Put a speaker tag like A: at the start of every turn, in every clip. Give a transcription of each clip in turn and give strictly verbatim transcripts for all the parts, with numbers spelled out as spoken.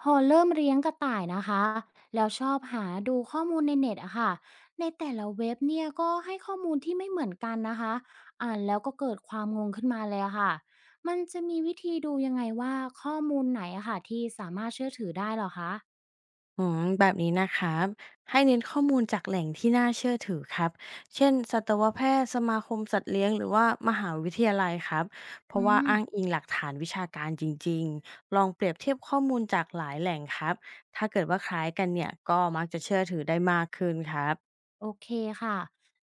A: พอเริ่มเลี้ยงกระต่ายนะคะแล้วชอบหาดูข้อมูลในเน็ตอะค่ะในแต่ละเว็บเนี่ยก็ให้ข้อมูลที่ไม่เหมือนกันนะคะอ่านแล้วก็เกิดความงงขึ้นมาเลยอะค่ะมันจะมีวิธีดูยังไงว่าข้อมูลไหนอะค่ะที่สามารถเชื่อถือได้เหรอคะ
B: อืมแบบนี้นะครับให้เน้นข้อมูลจากแหล่งที่น่าเชื่อถือครับเช่นสัตวแพทย์สมาคมสัตว์เลี้ยงหรือว่ามหาวิทยาลัยครับเพ
A: อื
B: ราะว่า
A: ม
B: อ้างอิงหลักฐานวิชาการจริงๆลองเปรียบเทียบข้อมูลจากหลายแหล่งครับถ้าเกิดว่าคล้ายกันเนี่ยก็มักจะเชื่อถือได้มากขึ้นครับ
A: โอเคค่ะ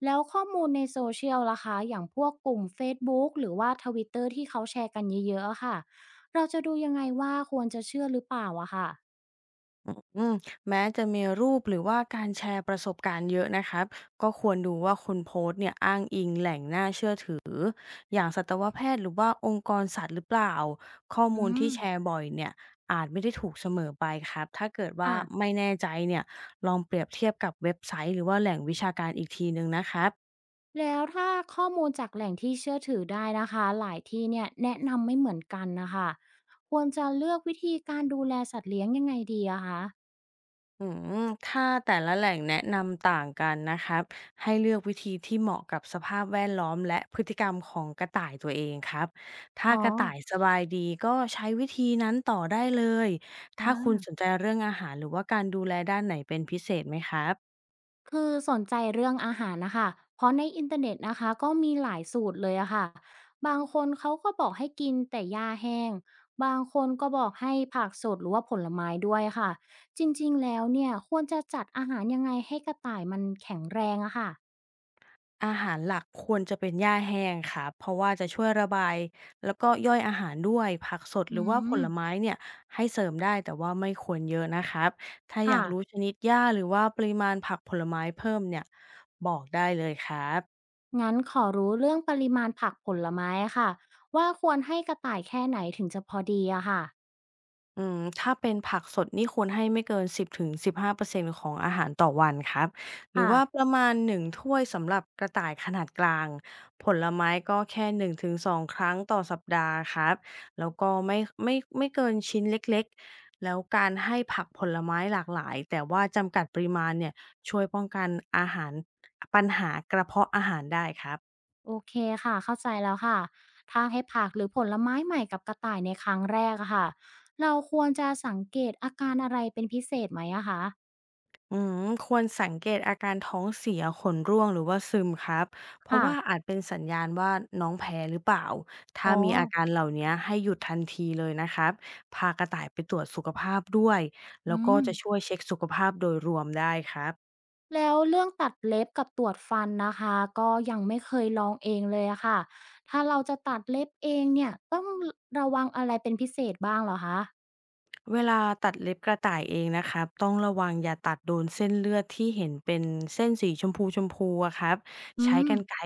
A: แล้วข้อมูลในโซเชียลล่ะคะอย่างพวกกลุ่ม Facebook หรือว่า Twitter ที่เขาแชร์กันเยอะๆอะค่ะเราจะดูยังไงว่าควรจะเชื่อหรือเปล่าอะค่ะ
B: อืมแม้จะมีรูปหรือว่าการแชร์ประสบการณ์เยอะนะครับก็ควรดูว่าคนโพสต์เนี่ยอ้างอิงแหล่งน่าเชื่อถืออย่างสัตวแพทย์หรือว่าองค์กรสัตว์หรือเปล่าข้อ
A: อื
B: มูล
A: ม
B: ที่แชร์บ่อยเนี่ยอาจไม่ได้ถูกเสมอไปครับถ้าเกิดว่า
A: ค่ะ
B: ไม่แน่ใจเนี่ยลองเปรียบเทียบกับเว็บไซต์หรือว่าแหล่งวิชาการอีกทีหนึ่งนะครับ
A: แล้วถ้าข้อมูลจากแหล่งที่เชื่อถือได้นะคะหลายที่เนี่ยแนะนำไม่เหมือนกันนะคะควรจะเลือกวิธีการดูแลสัตว์เลี้ยงยังไงดีอะคะ
B: อืมถ้าแต่ละแหล่งแนะนำต่างกันนะครับให้เลือกวิธีที่เหมาะกับสภาพแวดล้อมและพฤติกรรมของกระต่ายตัวเองครับถ้า
A: อ๋อ
B: กระต่ายสบายดีก็ใช้วิธีนั้นต่อได้เลยถ้าคุณ
A: อ่า
B: สนใจเรื่องอาหารหรือว่าการดูแลด้านไหนเป็นพิเศษไหมครับ
A: คือสนใจเรื่องอาหารนะคะเพราะในอินเทอร์เน็ตนะคะก็มีหลายสูตรเลยอะค่ะบางคนเขาก็บอกให้กินแต่หญ้าแห้งบางคนก็บอกให้ผักสดหรือว่าผลไม้ด้วยค่ะจริงๆแล้วเนี่ยควรจะจัดอาหารยังไงให้กระต่ายมันแข็งแรงอะค่ะ
B: อาหารหลักควรจะเป็นหญ้าแห้งค่ะเพราะว่าจะช่วยระบายแล้วก็ย่อยอาหารด้วยผักสดห
A: อื
B: รือว่าผ
A: ม
B: ลไม้เนี่ยให้เสริมได้แต่ว่าไม่ควรเยอะนะครับถ้าอ
A: ค่ะ
B: ยากรู้ชนิดหญ้าหรือว่าปริมาณผักผลไม้เพิ่มเนี่ยบอกได้เลยครับ
A: งั้นขอรู้เรื่องปริมาณผักผลไม้อะค่ะว่าควรให้กระต่ายแค่ไหนถึงจะพอดีอะค่ะ
B: อืมถ้าเป็นผักสดนี่ควรให้ไม่เกินสิบ-สิบห้าเปอร์เซ็นต์ของอาหารต่อวันครับหรือ
A: ค่ะ
B: ว่าประมาณหนึ่งถ้วยสำหรับกระต่ายขนาดกลางผลไม้ก็แค่หนึ่งถึงสองครั้งต่อสัปดาห์ครับแล้วก็ไม่ไม่ไม่เกินชิ้นเล็กๆแล้วการให้ผักผลไม้หลากหลายแต่ว่าจำกัดปริมาณเนี่ยช่วยป้องกันอาหารปัญหากระเพาะอาหารได้ครับ
A: โอเคค่ะเข้าใจแล้วค่ะถ้าให้ผักหรือผลไม้ใหม่กับกระต่ายในครั้งแรกอะค่ะเราควรจะสังเกตอาการอะไรเป็นพิเศษไหมอะคะ
B: อืมควรสังเกตอาการท้องเสียขนร่วงหรือว่าซึมครับเพราะ
A: ค่ะ
B: ว่าอาจเป็นสัญญาณว่าน้องแพ้หรือเปล่าถ้า
A: อ๋อ
B: มีอาการเหล่านี้ให้หยุดทันทีเลยนะครับพากระต่ายไปตรวจสุขภาพด้วยแล้
A: อื
B: วก็
A: ม
B: จะช่วยเช็คสุขภาพโดยรวมได้ครับ
A: แล้วเรื่องตัดเล็บกับตรวจฟันนะคะก็ยังไม่เคยลองเองเลยอะค่ะถ้าเราจะตัดเล็บเองเนี่ยต้องระวังอะไรเป็นพิเศษบ้างเหรอคะ
B: เวลาตัดเล็บกระต่ายเองนะครับต้องระวังอย่าตัดโดนเส้นเลือดที่เห็นเป็นเส้นสีชมพูชมพูอะครับ
A: อื
B: ใช้
A: ม
B: กรรไกร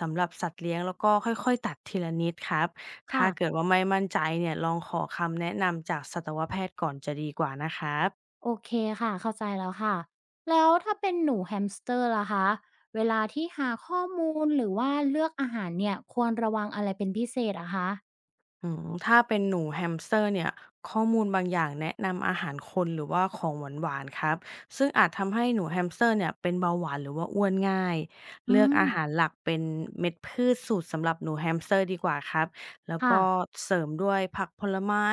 B: สำหรับสัตว์เลี้ยงแล้วก็ค่อยๆตัดทีละนิดครับถ้าเกิ
A: ค่ะ
B: ดว่าไม่มั่นใจเนี่ยลองขอคำแนะนำจากสัตวแพทย์ก่อนจะดีกว่านะครับ
A: โอเคค่ะเข้าใจแล้วค่ะแล้วถ้าเป็นหนูแฮมสเตอร์ล่ะคะเวลาที่หาข้อมูลหรือว่าเลือกอาหารเนี่ยควรระวังอะไรเป็นพิเศษอะคะ
B: อืมถ้าเป็นหนูแฮมสเตอร์เนี่ยข้อมูลบางอย่างแนะนำอาหารคนหรือว่าของหวานๆครับซึ่งอาจทำให้หนูแฮมสเตอร์เนี่ยเป็นเบาหวานหรือว่าอ้วนง่าย
A: อื
B: เลือก
A: ม
B: อาหารหลักเป็นเม็ดพืชสูตรสำหรับหนูแฮมสเตอร์ดีกว่าครับแล้ว
A: ค่ะ
B: ก็เสริมด้วยผักผลไม้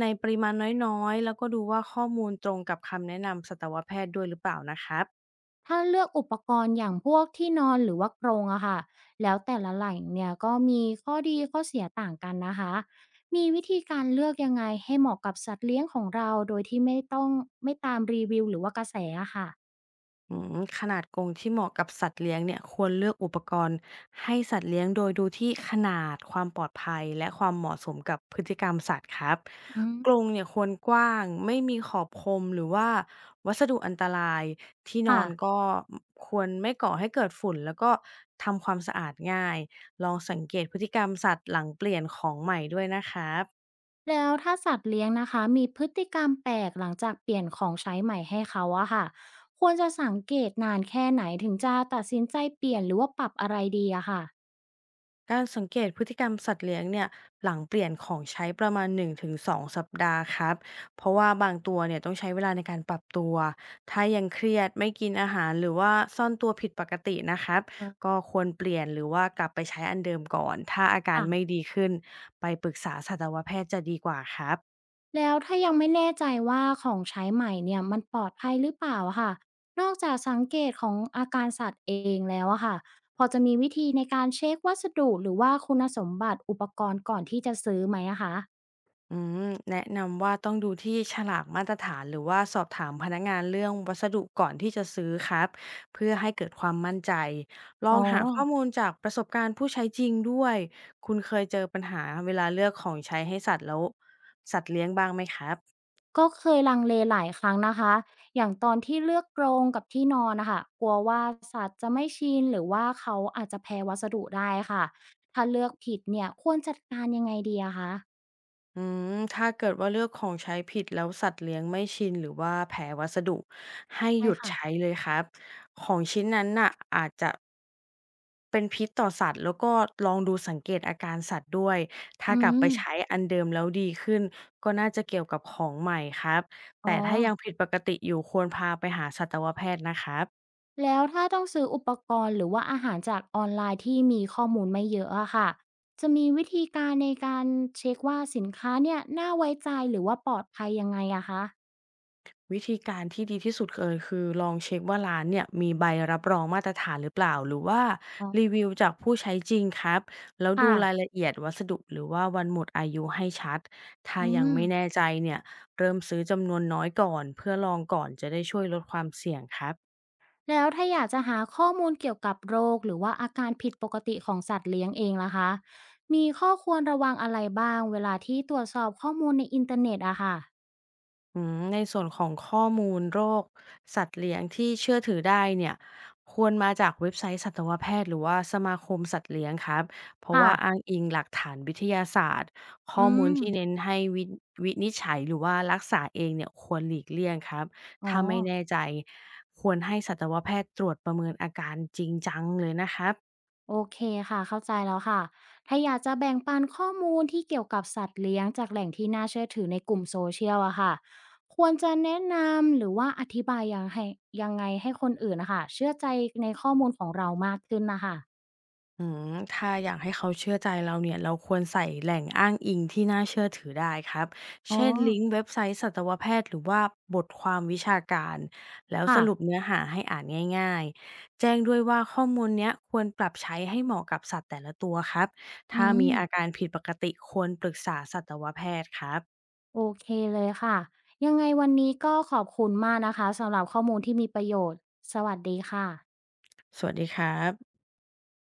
B: ในปริมาณน้อยๆแล้วก็ดูว่าข้อมูลตรงกับคำแนะนำสัตวแพทย์ด้วยหรือเปล่านะครับ
A: ถ้าเลือกอุปกรณ์อย่างพวกที่นอนหรือว่ากรงอะค่ะแล้วแต่ละแหล่งเนี่ยก็มีข้อดีข้อเสียต่างกันนะคะมีวิธีการเลือกยังไงให้เหมาะกับสัตว์เลี้ยงของเราโดยที่ไม่ต้องไม่ตามรีวิวหรือว่ากระแสอะค่ะ
B: อืมขนาดกรงที่เหมาะกับสัตว์เลี้ยงเนี่ยควรเลือกอุปกรณ์ให้สัตว์เลี้ยงโดยดูที่ขนาดความปลอดภัยและความเหมาะสมกับพฤติกรรมสัตว์ครับ
A: อื
B: กร
A: ม
B: งเนี่ยควรกว้างไม่มีขอบคมหรือว่าวัสดุอันตรายที่น
A: ค่ะ
B: อนก็ควรไม่ก่อให้เกิดฝุ่นแล้วก็ทำความสะอาดง่ายลองสังเกตพฤติกรรมสัตว์หลังเปลี่ยนของใหม่ด้วยนะครับ
A: แล้วถ้าสัตว์เลี้ยงนะคะมีพฤติกรรมแปลกหลังจากเปลี่ยนของใช้ใหม่ให้เขาอะค่ะควรจะสังเกตนานแค่ไหนถึงจะตัดสินใจเปลี่ยนหรือว่าปรับอะไรดีอะค่ะ
B: การสังเกตพฤติกรรมสัตว์เลี้ยงเนี่ยหลังเปลี่ยนของใช้ประมาณหนึ่งถึงสองสองสัปดาห์ครับเพราะว่าบางตัวเนี่ยต้องใช้เวลาในการปรับตัวถ้ายังเครียดไม่กินอาหารหรือว่าซ่อนตัวผิดปกตินะครับ
A: อ่า
B: ก็ควรเปลี่ยนหรือว่ากลับไปใช้อันเดิมก่อนถ้าอาการไม่
A: ค่ะ
B: ดีขึ้นไปปรึกษาสัตวแพทย์จะดีกว่าครับ
A: แล้วถ้ายังไม่แน่ใจว่าของใช้ใหม่เนี่ยมันปลอดภัยหรือเปล่าอะค่ะนอกจากสังเกตของอาการสัตว์เองแล้วอะค่ะพอจะมีวิธีในการเช็ควัสดุหรือว่าคุณสมบัติอุปกรณ์ก่อนที่จะซื้อไหมอะคะ
B: อืมแนะนำว่าต้องดูที่ฉลากมาตรฐานหรือว่าสอบถามพนักงานเรื่องวัสดุก่อนที่จะซื้อครับเพื่อให้เกิดความมั่นใจลอ
A: อ๋อ
B: งหาข้อมูลจากประสบการณ์ผู้ใช้จริงด้วยคุณเคยเจอปัญหาเวลาเลือกของใช้ให้สัตว์แล้วสัตว์เลี้ยงบ้างไหมครับ
A: ก็เคยลังเลหลายครั้งนะคะ อย่างตอนที่เลือกกรงกับที่นอนนะคะ กลัวว่าสัตว์จะไม่ชินหรือว่าเขาอาจจะแพ้วัสดุได้ค่ะถ้าเลือกผิดเนี่ยควรจัดการยังไงดีอะคะ
B: อืมถ้าเกิดว่าเลือกของใช้ผิดแล้วสัตว์เลี้ยงไม่ชินหรือว่าแพ้วัสดุให้ห
A: ใช่
B: ยุด
A: ค่ะ
B: ใช้เลยครับของชิ้นนั้นน่ะอาจจะ เป็นพิษต่อสัตว์แล้วก็ลองดูสังเกตอาการสัตว์ด้วย ถ้า
A: อื
B: กลับไป
A: ม
B: ใช้อันเดิมแล้วดีขึ้นก็น่าจะเกี่ยวกับของใหม่ครับ
A: อ๋อ
B: แต่ถ้ายังผิดปกติอยู่ควรพาไปหาสัตวแพทย์นะครับ
A: แล้วถ้าต้องซื้ออุปกรณ์หรือว่าอาหารจากออนไลน์ที่มีข้อมูลไม่เยอะอะค่ะจะมีวิธีการในการเช็กว่าสินค้าเนี่ยน่าไว้ใจหรือว่าปลอดภัยยังไงอะคะ
B: วิธีการที่ดีที่สุดเลยคือลองเช็คว่าร้านเนี่ยมีใบรับรองมาตรฐานหรือเปล่า หรือว่า
A: อ๋อ
B: รีวิวจากผู้ใช้จริงครับแล้ว
A: ค่ะ
B: ดูรายละเอียดวัสดุหรือว่าวันหมดอายุให้ชัดถ้า
A: อื
B: ยัง
A: ม
B: ไม่แน่ใจเนี่ยเริ่มซื้อจำนวนน้อยก่อนเพื่อลองก่อนจะได้ช่วยลดความเสี่ยงครับ
A: แล้วถ้าอยากจะหาข้อมูลเกี่ยวกับโรคหรือว่าอาการผิดปกติของสัตว์เลี้ยงเองล่ะคะมีข้อควรระวังอะไรบ้างเวลาที่ตรวจสอบข้อมูลในอินเทอร์เน็ตอะค่ะ
B: อืมในส่วนของข้อมูลโรคสัตว์เลี้ยงที่เชื่อถือได้เนี่ยควรมาจากเว็บไซต์สัตวแพทย์หรือว่าสมาคมสัตว์เลี้ยงครับเพราะ
A: ค่ะ
B: ว่าอ้างอิงหลักฐานวิทยาศาสตร์ข้อ
A: อื
B: มูล
A: ม
B: ที่เน้นให้วิวินิจฉัยหรือว่ารักษาเองเนี่ยควรหลีกเลี่ยงครับ
A: อ๋อ
B: ถ้าไม่แน่ใจควรให้สัตวแพทย์ตรวจประเมินอาการจริงจังเลยนะครับ
A: โอเคค่ะเข้าใจแล้วค่ะถ้าอยากจะแบ่งปันข้อมูลที่เกี่ยวกับสัตว์เลี้ยงจากแหล่งที่น่าเชื่อถือในกลุ่มโซเชียลอะค่ะควรจะแนะนำหรือว่าอธิบายยังให้ยังไงให้คนอื่นนะคะเชื่อใจในข้อมูลของเรามากขึ้นนะคะ
B: อืมถ้าอยากให้เขาเชื่อใจเราเนี่ยเราควรใส่แหล่งอ้างอิงที่น่าเชื่อถือได้ครับ
A: อ๋อ
B: เช่นลิงก์เว็บไซต์สัตวแพทย์หรือว่าบทความวิชาการแล้วสรุป
A: ค่ะ
B: เนื้อหาให้อ่านง่ายๆแจ้งด้วยว่าข้อมูลเนี้ยควรปรับใช้ให้เหมาะกับสัตว์แต่ละตัวครับ
A: อื
B: ถ้ามีอา
A: ม
B: การผิดปกติควรปรึกษาสัตวแพทย์ครับ
A: โอเคเลยค่ะยังไงวันนี้ก็ขอบคุณมากนะคะสำหรับข้อมูลที่มีประโยชน์สวัสดีค่ะ
B: สวัสดีครับ